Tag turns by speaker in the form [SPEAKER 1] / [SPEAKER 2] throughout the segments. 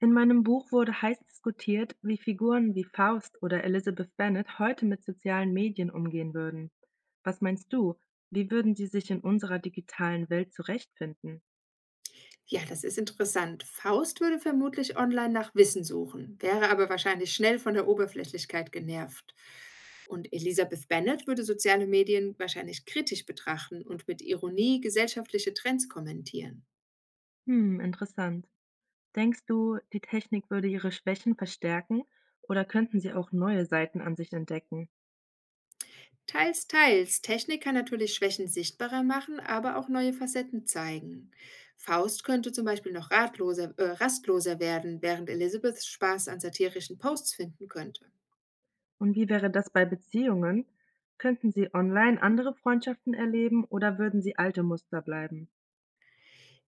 [SPEAKER 1] In meinem Buch wurde heiß diskutiert, wie Figuren wie Faust oder Elizabeth Bennet heute mit sozialen Medien umgehen würden. Was meinst du? Wie würden sie sich in unserer digitalen Welt zurechtfinden?
[SPEAKER 2] Ja, das ist interessant. Faust würde vermutlich online nach Wissen suchen, wäre aber wahrscheinlich schnell von der Oberflächlichkeit genervt. Und Elisabeth Bennet würde soziale Medien wahrscheinlich kritisch betrachten und mit Ironie gesellschaftliche Trends kommentieren.
[SPEAKER 1] Hm, interessant. Denkst du, die Technik würde ihre Schwächen verstärken oder könnten sie auch neue Seiten an sich entdecken?
[SPEAKER 2] Teils, teils. Technik kann natürlich Schwächen sichtbarer machen, aber auch neue Facetten zeigen. Faust könnte zum Beispiel noch rastloser werden, während Elizabeth Spaß an satirischen Posts finden könnte.
[SPEAKER 1] Und wie wäre das bei Beziehungen? Könnten sie online andere Freundschaften erleben oder würden sie alte Muster bleiben?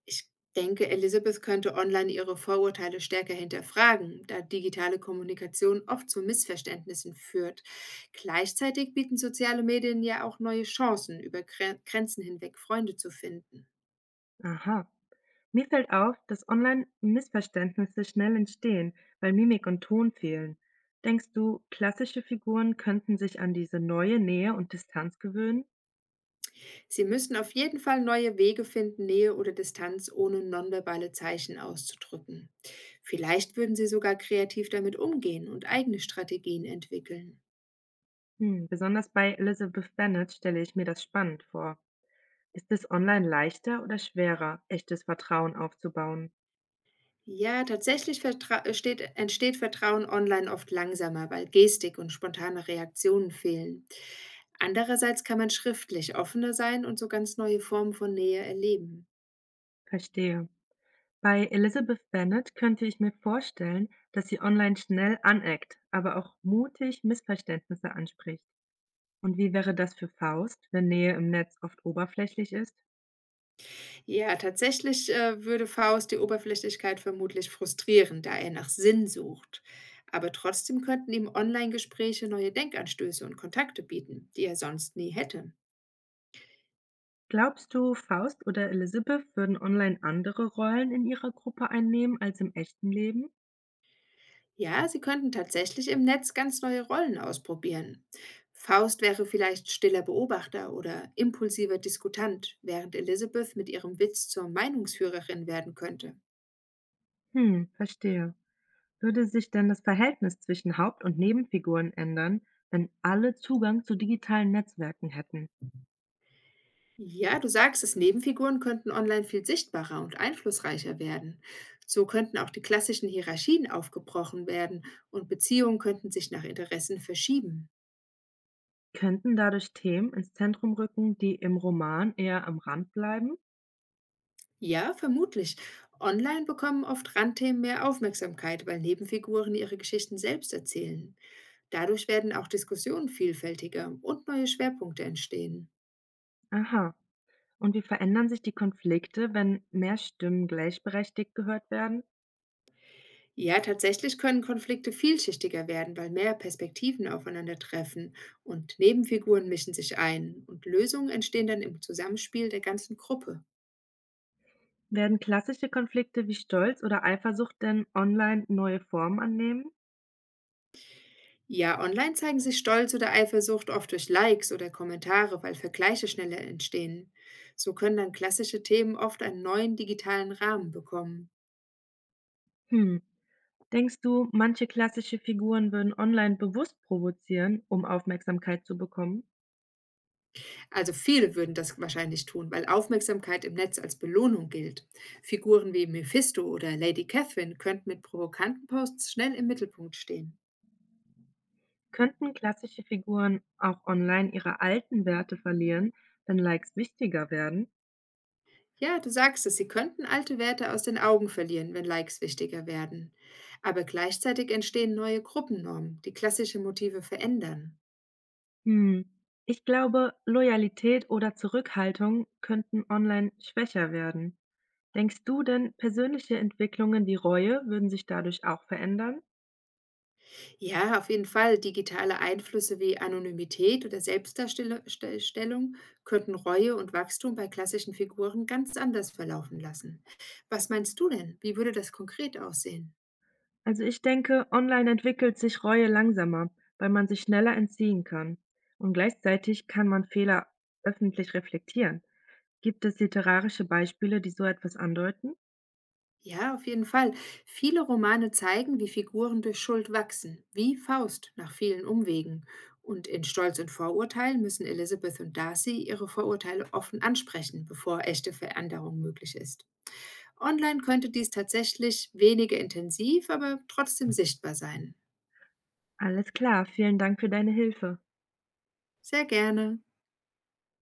[SPEAKER 2] Ich denke, Elizabeth könnte online ihre Vorurteile stärker hinterfragen, da digitale Kommunikation oft zu Missverständnissen führt. Gleichzeitig bieten soziale Medien ja auch neue Chancen, über Grenzen hinweg Freunde zu finden.
[SPEAKER 1] Aha. Mir fällt auf, dass online Missverständnisse schnell entstehen, weil Mimik und Ton fehlen. Denkst du, klassische Figuren könnten sich an diese neue Nähe und Distanz gewöhnen?
[SPEAKER 2] Sie müssen auf jeden Fall neue Wege finden, Nähe oder Distanz ohne nonverbale Zeichen auszudrücken. Vielleicht würden sie sogar kreativ damit umgehen und eigene Strategien entwickeln.
[SPEAKER 1] Hm, besonders bei Elizabeth Bennet stelle ich mir das spannend vor. Ist es online leichter oder schwerer, echtes Vertrauen aufzubauen?
[SPEAKER 2] Ja, tatsächlich entsteht Vertrauen online oft langsamer, weil Gestik und spontane Reaktionen fehlen. Andererseits kann man schriftlich offener sein und so ganz neue Formen von Nähe erleben.
[SPEAKER 1] Verstehe. Bei Elizabeth Bennet könnte ich mir vorstellen, dass sie online schnell aneckt, aber auch mutig Missverständnisse anspricht. Und wie wäre das für Faust, wenn Nähe im Netz oft oberflächlich ist?
[SPEAKER 2] Ja, tatsächlich, würde Faust die Oberflächlichkeit vermutlich frustrieren, da er nach Sinn sucht. Aber trotzdem könnten ihm Online-Gespräche neue Denkanstöße und Kontakte bieten, die er sonst nie hätte.
[SPEAKER 1] Glaubst du, Faust oder Elizabeth würden online andere Rollen in ihrer Gruppe einnehmen als im echten Leben?
[SPEAKER 2] Ja, sie könnten tatsächlich im Netz ganz neue Rollen ausprobieren. Faust wäre vielleicht stiller Beobachter oder impulsiver Diskutant, während Elizabeth mit ihrem Witz zur Meinungsführerin werden könnte.
[SPEAKER 1] Hm, verstehe. Würde sich denn das Verhältnis zwischen Haupt- und Nebenfiguren ändern, wenn alle Zugang zu digitalen Netzwerken hätten?
[SPEAKER 2] Ja, du sagst es, Nebenfiguren könnten online viel sichtbarer und einflussreicher werden. So könnten auch die klassischen Hierarchien aufgebrochen werden und Beziehungen könnten sich nach Interessen verschieben.
[SPEAKER 1] Könnten dadurch Themen ins Zentrum rücken, die im Roman eher am Rand bleiben?
[SPEAKER 2] Ja, vermutlich. Online bekommen oft Randthemen mehr Aufmerksamkeit, weil Nebenfiguren ihre Geschichten selbst erzählen. Dadurch werden auch Diskussionen vielfältiger und neue Schwerpunkte entstehen.
[SPEAKER 1] Aha. Und wie verändern sich die Konflikte, wenn mehr Stimmen gleichberechtigt gehört werden?
[SPEAKER 2] Ja, tatsächlich können Konflikte vielschichtiger werden, weil mehr Perspektiven aufeinandertreffen und Nebenfiguren mischen sich ein und Lösungen entstehen dann im Zusammenspiel der ganzen Gruppe.
[SPEAKER 1] Werden klassische Konflikte wie Stolz oder Eifersucht denn online neue Formen annehmen?
[SPEAKER 2] Ja, online zeigen sich Stolz oder Eifersucht oft durch Likes oder Kommentare, weil Vergleiche schneller entstehen. So können dann klassische Themen oft einen neuen digitalen Rahmen bekommen.
[SPEAKER 1] Hm. Denkst du, manche klassische Figuren würden online bewusst provozieren, um Aufmerksamkeit zu bekommen?
[SPEAKER 2] Also viele würden das wahrscheinlich tun, weil Aufmerksamkeit im Netz als Belohnung gilt. Figuren wie Mephisto oder Lady Catherine könnten mit provokanten Posts schnell im Mittelpunkt stehen.
[SPEAKER 1] Könnten klassische Figuren auch online ihre alten Werte verlieren, wenn Likes wichtiger werden?
[SPEAKER 2] Ja, du sagst es, sie könnten alte Werte aus den Augen verlieren, wenn Likes wichtiger werden. Aber gleichzeitig entstehen neue Gruppennormen, die klassische Motive verändern.
[SPEAKER 1] Hm. Ich glaube, Loyalität oder Zurückhaltung könnten online schwächer werden. Denkst du denn, persönliche Entwicklungen wie Reue würden sich dadurch auch verändern?
[SPEAKER 2] Ja, auf jeden Fall. Digitale Einflüsse wie Anonymität oder Selbstdarstellung könnten Reue und Wachstum bei klassischen Figuren ganz anders verlaufen lassen. Was meinst du denn? Wie würde das konkret aussehen?
[SPEAKER 1] Also ich denke, online entwickelt sich Reue langsamer, weil man sich schneller entziehen kann. Und gleichzeitig kann man Fehler öffentlich reflektieren. Gibt es literarische Beispiele, die so etwas andeuten?
[SPEAKER 2] Ja, auf jeden Fall. Viele Romane zeigen, wie Figuren durch Schuld wachsen, wie Faust nach vielen Umwegen. Und in Stolz und Vorurteil müssen Elizabeth und Darcy ihre Vorurteile offen ansprechen, bevor echte Veränderung möglich ist. Online könnte dies tatsächlich weniger intensiv, aber trotzdem sichtbar sein.
[SPEAKER 1] Alles klar, vielen Dank für deine Hilfe.
[SPEAKER 2] Sehr gerne.